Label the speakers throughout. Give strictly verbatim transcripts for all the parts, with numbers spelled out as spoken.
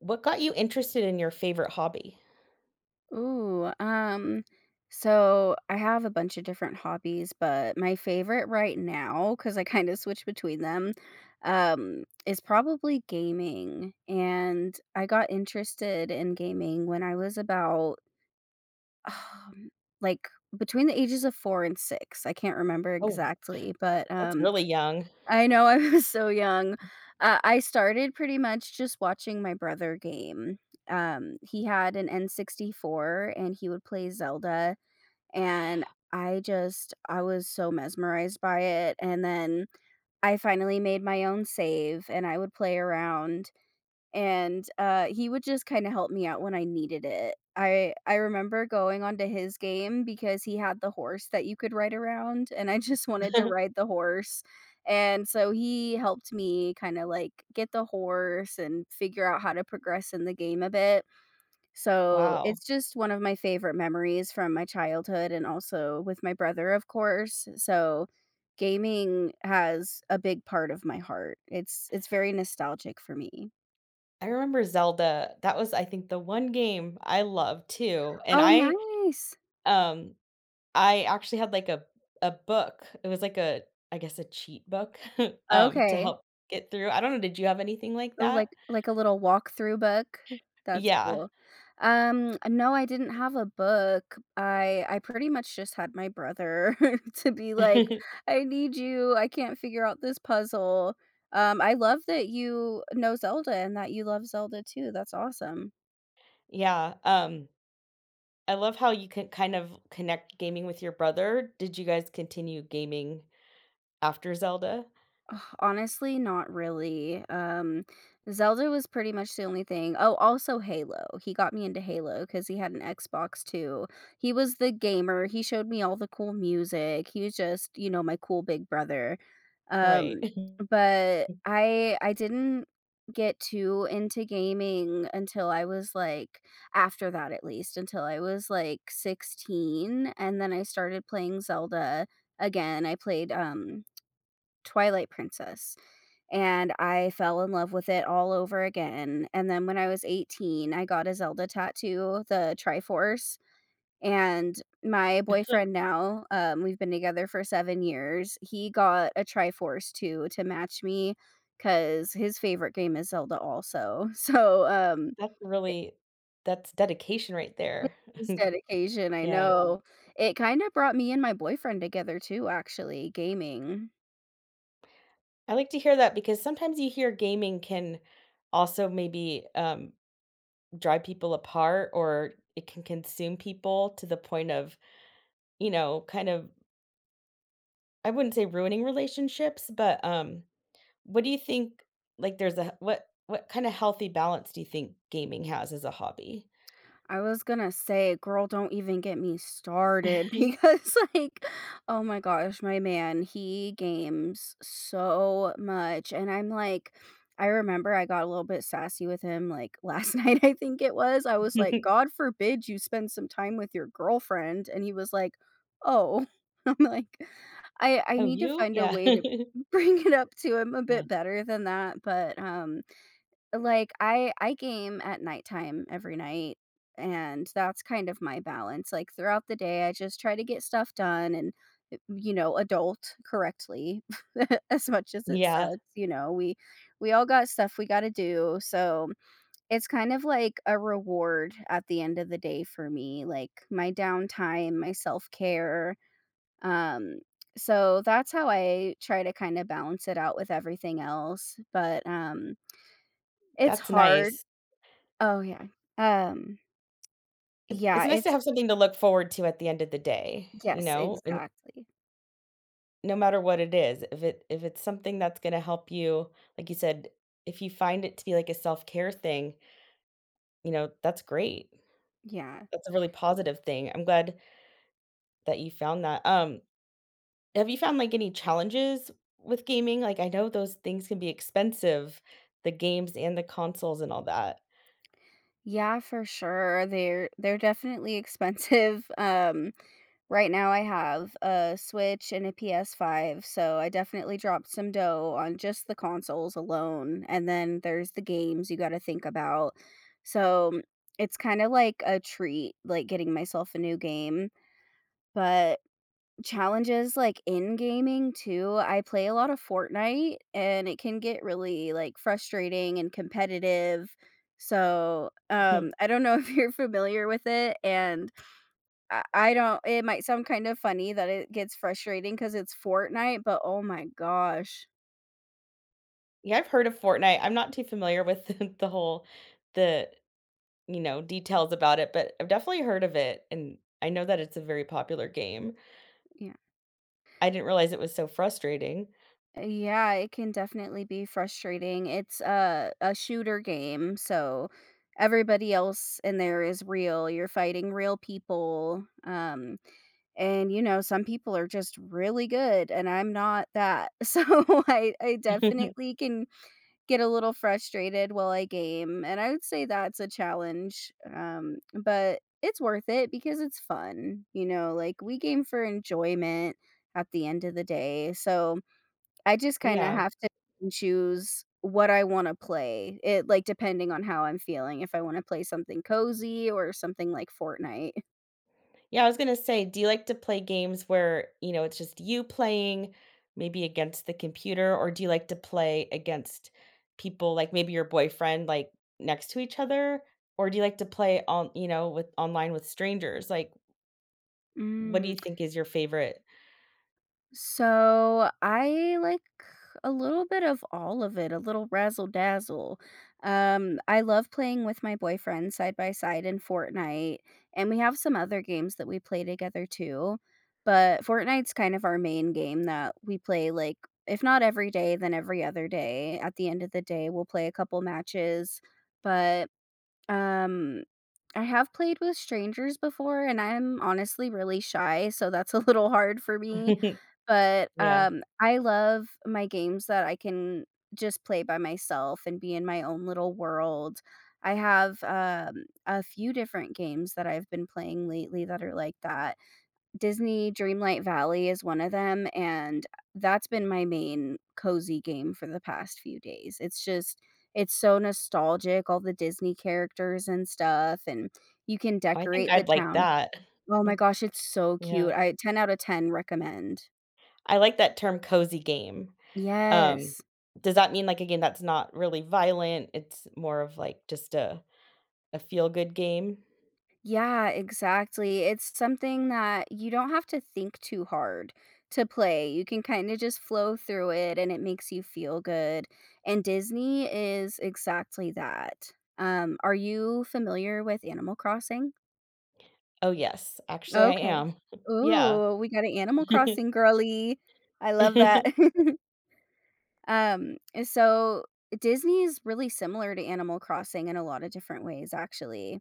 Speaker 1: What got you interested in your favorite hobby?
Speaker 2: Ooh, um, so I have a bunch of different hobbies, but my favorite right now, because I kind of switch between them, um, is probably gaming. And I got interested in gaming when I was about, um, like between the ages of four and six. I can't remember
Speaker 1: Oh,
Speaker 2: exactly, but
Speaker 1: that's
Speaker 2: um,
Speaker 1: really young.
Speaker 2: I know I was so young. Uh, I started pretty much just watching my brother game. Um, he had an N sixty-four and he would play Zelda, and I just I was so mesmerized by it, and then I finally made my own save and I would play around, and uh, he would just kind of help me out when I needed it. I I remember going onto his game because he had the horse that you could ride around, and I just wanted to ride the horse. And so he helped me kind of like get the horse and figure out how to progress in the game a bit. So
Speaker 1: Wow.
Speaker 2: it's just one of my favorite memories from my childhood, and also with my brother, of course. So gaming has a big part of my heart. It's it's very nostalgic for me.
Speaker 1: I remember Zelda. That was, I think, the one game I loved too, and
Speaker 2: Oh,
Speaker 1: I,
Speaker 2: nice.
Speaker 1: um, I actually had like a a book. It was like a, I guess, a cheat book, um, to
Speaker 2: Okay.
Speaker 1: help get through. I don't know. Did you have anything like
Speaker 2: Oh,
Speaker 1: that?
Speaker 2: like like a little walkthrough book? That's
Speaker 1: Yeah.
Speaker 2: cool. Um, no, I didn't have a book. I I pretty much just had my brother to be like, "I need you. I can't figure out this puzzle." Um, I love that you know Zelda and that you love Zelda too. That's awesome.
Speaker 1: Yeah. Um I love how you can kind of connect gaming with your brother. Did you guys continue gaming after Zelda?
Speaker 2: Ugh, honestly, not really. Um, Zelda was pretty much the only thing. Oh, also Halo. He got me into Halo because he had an Xbox too. He was the gamer, he showed me all the cool music, he was just, you know, my cool big brother.
Speaker 1: Right.
Speaker 2: Um, but I I didn't get too into gaming until I was, like, after that at least, until I was, like, sixteen, and then I started playing Zelda again. I played, um Twilight Princess, and I fell in love with it all over again, and then when I was eighteen, I got a Zelda tattoo, the Triforce, and my boyfriend now, um, we've been together for seven years, he got a Triforce too to match me, cause his favorite game is Zelda also. So, um,
Speaker 1: That's
Speaker 2: it
Speaker 1: really that's dedication right
Speaker 2: it
Speaker 1: there.
Speaker 2: is dedication, I
Speaker 1: Yeah.
Speaker 2: know. It kinda brought me and my boyfriend together too, actually, gaming.
Speaker 1: I like to hear that because sometimes you hear gaming can also maybe, um, drive people apart, or it can consume people to the point of, you know, kind of I wouldn't say ruining relationships, but, um, what do you think like, there's a what what kinda healthy balance do you think gaming has as a hobby?
Speaker 2: I was gonna say, girl, don't even get me started because, like, oh my gosh, my man, he games so much. And I'm like, I remember I got a little bit sassy with him like last night, I think it was. I was like, God forbid you spend some time with your girlfriend. And he was like, oh, I'm like, I, I
Speaker 1: Oh,
Speaker 2: need to
Speaker 1: you?
Speaker 2: find a
Speaker 1: Yeah.
Speaker 2: way to bring it up to him a
Speaker 1: Yeah.
Speaker 2: bit better than that. But um like, I I game at nighttime every night, and that's kind of my balance, like, throughout the day, I just try to get stuff done and, uh, you know, adult correctly, as much as it
Speaker 1: Yeah,
Speaker 2: sucks, you know, we we all got stuff we gotta do, so it's kind of like a reward at the end of the day for me, like, my downtime, my self-care, um, so that's how I try to kinda balance it out with everything else, but, um, it's
Speaker 1: that's
Speaker 2: hard.
Speaker 1: nice.
Speaker 2: Oh, yeah. Um,
Speaker 1: It's it's
Speaker 2: yeah,
Speaker 1: nice to
Speaker 2: it's
Speaker 1: have something to look forward to at the end of the day, you
Speaker 2: yes,
Speaker 1: know? And
Speaker 2: exactly.
Speaker 1: no matter what it is, if it if it's something that's gonna help you, like you said, if you find it to be like a self-care thing, you know, that's great.
Speaker 2: Yeah.
Speaker 1: That's a really positive thing. I'm glad that you found that. Um, have you found, like, any challenges with gaming? Like, I know those things can be expensive, the games and the consoles and all that.
Speaker 2: Yeah, for sure. They're they're definitely expensive. Um, right now I have a Switch and a P S five, so I definitely dropped some dough on just the consoles alone, and then there's the games you gotta think about. So, it's kinda like a treat, like, getting myself a new game, but challenges, like, in gaming too, I play a lot of Fortnite, and it can get really, like, frustrating and competitive, so, um, I don't know if you're familiar with it, and I I don't it might sound kind of funny that it gets frustrating because it's Fortnite, but oh my gosh.
Speaker 1: Yeah, I've heard of Fortnite. I'm not too familiar with the the whole the, you know, details about it, but I've definitely heard of it, and I know that it's a very popular game.
Speaker 2: Yeah.
Speaker 1: I didn't realize it was so frustrating.
Speaker 2: Yeah, it can definitely be frustrating. It's a a shooter game, so everybody else in there is real. You're fighting real people, um and, you know, some people are just really good and I'm not that. So I I definitely can get a little frustrated while I game, and I would say that's a challenge, um, but it's worth it because it's fun, you know, like, we game for enjoyment at the end of the day, so I just kinda
Speaker 1: Yeah.
Speaker 2: have to choose what I wanna play, it like, depending on how I'm feeling, if I wanna play something cozy or something like Fortnite.
Speaker 1: Yeah, I was gonna say, do you like to play games where, you know, it's just you playing, maybe against the computer, or do you like to play against people, like, maybe your boyfriend, like, next to each other? Or do you like to play on you know, with online with strangers? Like, what do
Speaker 2: Mm.
Speaker 1: you think is your favorite?
Speaker 2: So I like a little bit of all of it, a little razzle dazzle. Um, I love playing with my boyfriend side by side in Fortnite, and we have some other games that we play together too. But Fortnite's kind of our main game that we play like if not every day, then every other day. At the end of the day, we'll play a couple matches. But um I have played with strangers before, and I'm honestly really shy, so that's a little hard for me, but,
Speaker 1: Yeah.
Speaker 2: um, I love my games that I can just play by myself and be in my own little world. I have, um, a few different games that I've been playing lately that are like that. Disney Dreamlight Valley is one of them, and that's been my main cozy game for the past few days. It's just it's so nostalgic, all the Disney characters and stuff, and you can
Speaker 1: I think
Speaker 2: decorate the
Speaker 1: I'd like
Speaker 2: town.
Speaker 1: that.
Speaker 2: Oh my
Speaker 1: Mm,
Speaker 2: gosh, it's so
Speaker 1: yeah.
Speaker 2: cute. I ten out of ten recommend.
Speaker 1: I like that term cozy game. Um,
Speaker 2: Yes.
Speaker 1: does that mean like a game that's not really violent? It's more of like just a a feel good game?
Speaker 2: Yeah, exactly. It's something that you don't have to think too hard to play. You can kind of just flow through it and it makes you feel good. And Disney is exactly that. Um, are you familiar with Animal Crossing?
Speaker 1: Oh, yes. Actually, I
Speaker 2: Okay.
Speaker 1: am. Yeah.
Speaker 2: Ooh, we got an Animal Crossing girly. I love that.
Speaker 1: I
Speaker 2: um, so Disney is really similar to Animal Crossing in a lot of different ways, actually.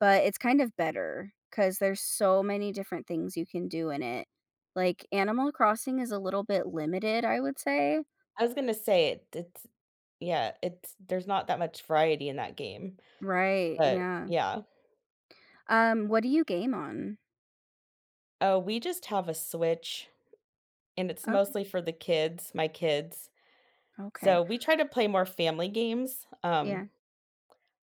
Speaker 2: But it's kind of better because there's so many different things you can do in it. Like, Animal Crossing is a little bit limited, I would say.
Speaker 1: was gonna say it it's yeah, it's there's not that much variety in that game,
Speaker 2: Right,
Speaker 1: but
Speaker 2: yeah.
Speaker 1: yeah.
Speaker 2: Um, what do you game on?
Speaker 1: Oh, we just have a Switch, and it's
Speaker 2: Okay,
Speaker 1: mostly for the kids, my kids.
Speaker 2: okay.
Speaker 1: So we try to play more family games. Um,
Speaker 2: Yeah.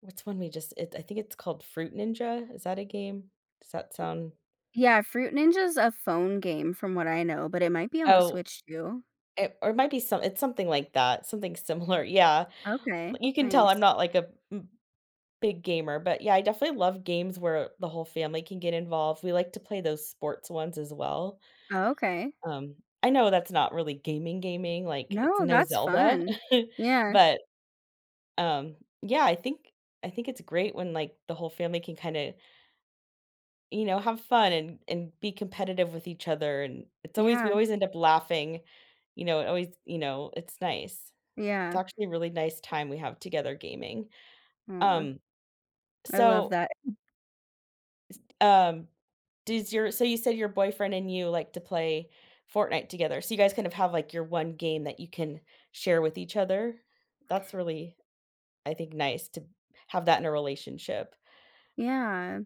Speaker 1: what's one we just it, I think it's called Fruit Ninja. Is that a game? Does that sound
Speaker 2: Yeah, Fruit Ninja's a phone game from what I know, but it might be on the
Speaker 1: Oh,
Speaker 2: Switch too.
Speaker 1: it, or it might be some it's something like that, something similar. Yeah.
Speaker 2: Okay,
Speaker 1: Like, you can tell I'm
Speaker 2: nice.
Speaker 1: not like a m- big gamer, but yeah, I definitely love games where the whole family can get involved. We like to play those sports ones as well.
Speaker 2: Oh, okay.
Speaker 1: Um, I know that's not really gaming gaming, like it's
Speaker 2: No,
Speaker 1: no
Speaker 2: that's
Speaker 1: Zelda,
Speaker 2: fun. Yeah,
Speaker 1: but um yeah, I think I think it's great when like the whole family can kind of You know, have fun and and be competitive with each other, and it's always we
Speaker 2: yeah,
Speaker 1: always end up laughing, you know, it always you know, it's nice. It's
Speaker 2: yeah.
Speaker 1: actually a really nice time we have together gaming.
Speaker 2: Aw,
Speaker 1: Um,
Speaker 2: I love
Speaker 1: so,
Speaker 2: that.
Speaker 1: um, does your so you said your boyfriend and you like to play Fortnite together, so you guys kind of have, like, your one game that you can share with each other? That's really, I think, nice to have that in a relationship.
Speaker 2: Yeah.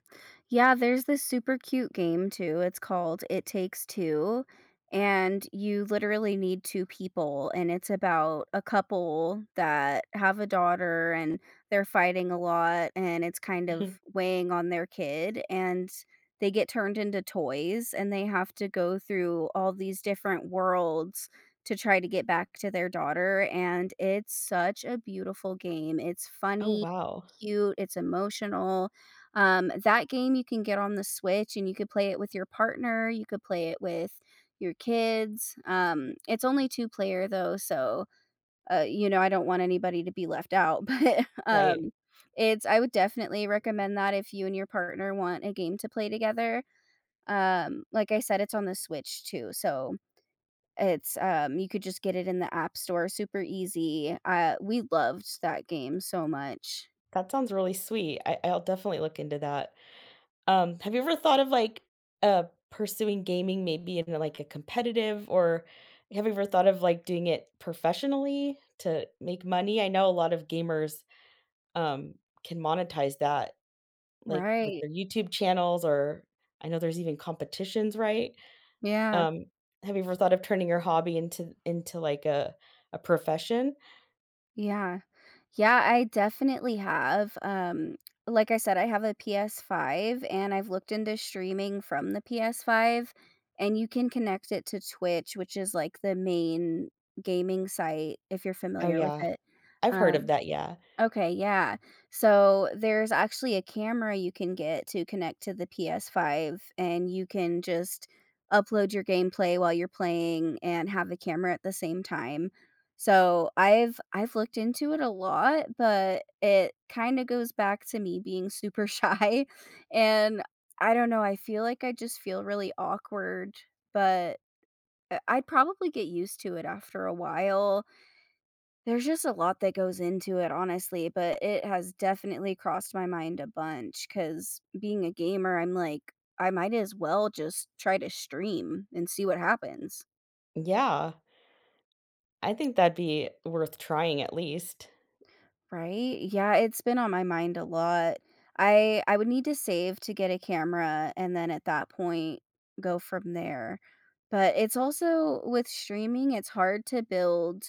Speaker 2: Yeah, there's this super cute game too. It's called It Takes Two, and you literally need two people, and it's about a couple that have a daughter and they're fighting a lot and it's kind of weighing on their kid and they get turned into toys and they have to go through all these different worlds to try to get back to their daughter, and it's such a beautiful game. It's
Speaker 1: Oh,
Speaker 2: funny,
Speaker 1: wow.
Speaker 2: cute, it's emotional, um, that game you can get on the Switch and you could play it with your partner, you could play it with your kids. Um, it's only two player though, so, uh, you know, I don't want anybody to be left out, but,
Speaker 1: Right.
Speaker 2: um, it's I would definitely recommend that if you and your partner want a game to play together. Um, like I said, it's on the Switch too, so it's, um you could just get it in the App Store super easy. Uh, we loved that game so much.
Speaker 1: That sounds really sweet. I I'll definitely look into that. Um, have you ever thought of, like, uh, pursuing gaming maybe in, like, a competitive, or have you ever thought of, like, doing it professionally to make money? I know a lot of gamers, um, can monetize that, like, with
Speaker 2: Right.
Speaker 1: their YouTube channels or I know there's even competitions, right?
Speaker 2: Yeah.
Speaker 1: Um, have you ever thought of turning your hobby into into, like, a a profession?
Speaker 2: Yeah. Yeah, I definitely have. Um, like I said, I have a P S five and I've looked into streaming from the P S five, and you can connect it to Twitch, which is like the main gaming site if you're
Speaker 1: Oh,
Speaker 2: familiar with
Speaker 1: yeah.
Speaker 2: it.
Speaker 1: I've heard of
Speaker 2: Um
Speaker 1: that, yeah.
Speaker 2: Okay, yeah. So there's actually a camera you can get to connect to the P S five, and you can just upload your gameplay while you're playing and have the camera at the same time. So I've I've looked into it a lot, but it kind of goes back to me being super shy, and I don't know, I feel like I just feel really awkward, but I- I'd probably get used to it after a while. There's just a lot that goes into it, honestly, but it has definitely crossed my mind a bunch. Cause being a gamer, I'm like, I might as well just try to stream and see what happens.
Speaker 1: Yeah, I think that'd be worth trying at least.
Speaker 2: Right? Yeah, it's been on my mind a lot. I I would need to save to get a camera, and then at that point go from there. But it's also with streaming, it's hard to build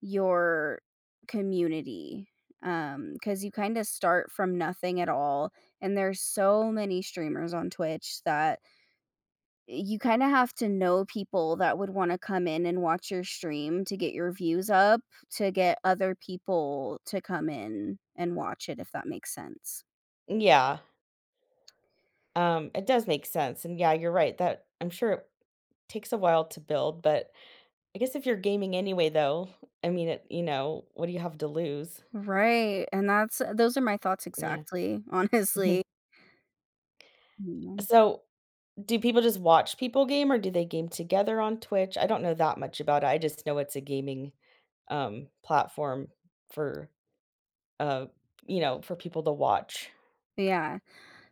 Speaker 2: your community, because you kind of start from nothing at all, and there's so many streamers on Twitch that you kinda have to know people that would wanna come in and watch your stream to get your views up, to get other people to come in and watch it, if that makes sense.
Speaker 1: Yeah, um, it does make sense, and yeah, you're right, that I'm sure it takes a while to build, but I guess if you're gaming anyway though, I mean, it you know, what do you have to lose?
Speaker 2: Right, and that's uh, those are my thoughts
Speaker 1: Yeah.
Speaker 2: exactly, honestly. Mhm.
Speaker 1: So do people just watch people game, or do they game together on Twitch? I don't know that much about it. I just know it's a gaming, um, platform for, uh, you know, for people to watch.
Speaker 2: Yeah.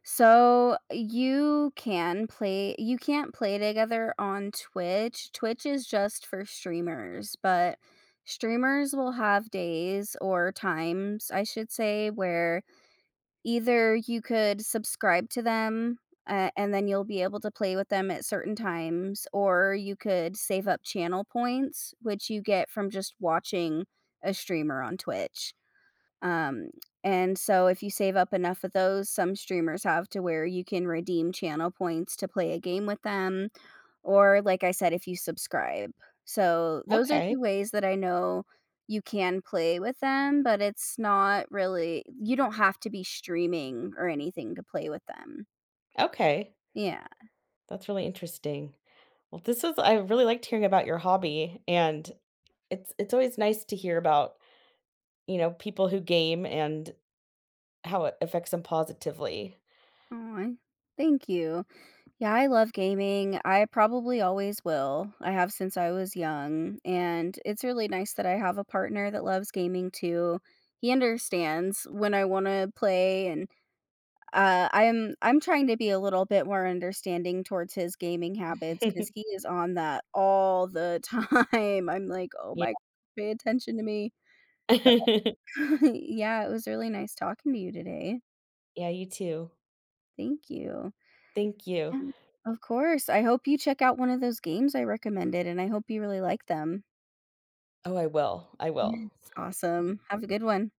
Speaker 2: So, you can play you can't play together on Twitch. Twitch is just for streamers, but streamers will have days or times, I should say, where either you could subscribe to them, uh, and then you'll be able to play with them at certain times, or you could save up channel points, which you get from just watching a streamer on Twitch. Um, and so if you save up enough of those, some streamers have to where you can redeem channel points to play a game with them, or like I said, if you subscribe. So those are two
Speaker 1: Okay,
Speaker 2: ways that I know you can play with them, but it's not really you don't have to be streaming or anything to play with them.
Speaker 1: okay.
Speaker 2: Yeah.
Speaker 1: That's really interesting. Well, this was I really liked hearing about your hobby, and it's it's always nice to hear about, you know, people who game and how it affects them positively.
Speaker 2: Aw, thank you. Yeah, I love gaming. I probably always will. I have since I was young, and it's really nice that I have a partner that loves gaming too. He understands when I want to play, and uh, I'm I'm trying to be a little bit more understanding towards his gaming habits because he is on that all the time. I'm like, oh
Speaker 1: Yeah.
Speaker 2: my, pay attention to me. But yeah, it was really nice talking to you today.
Speaker 1: Yeah, you too.
Speaker 2: Thank you.
Speaker 1: Thank you.
Speaker 2: Yeah, of course. I hope you check out one of those games I recommended, and I hope you really like them.
Speaker 1: Oh, I will. I will.
Speaker 2: Yes, awesome. Have a good one.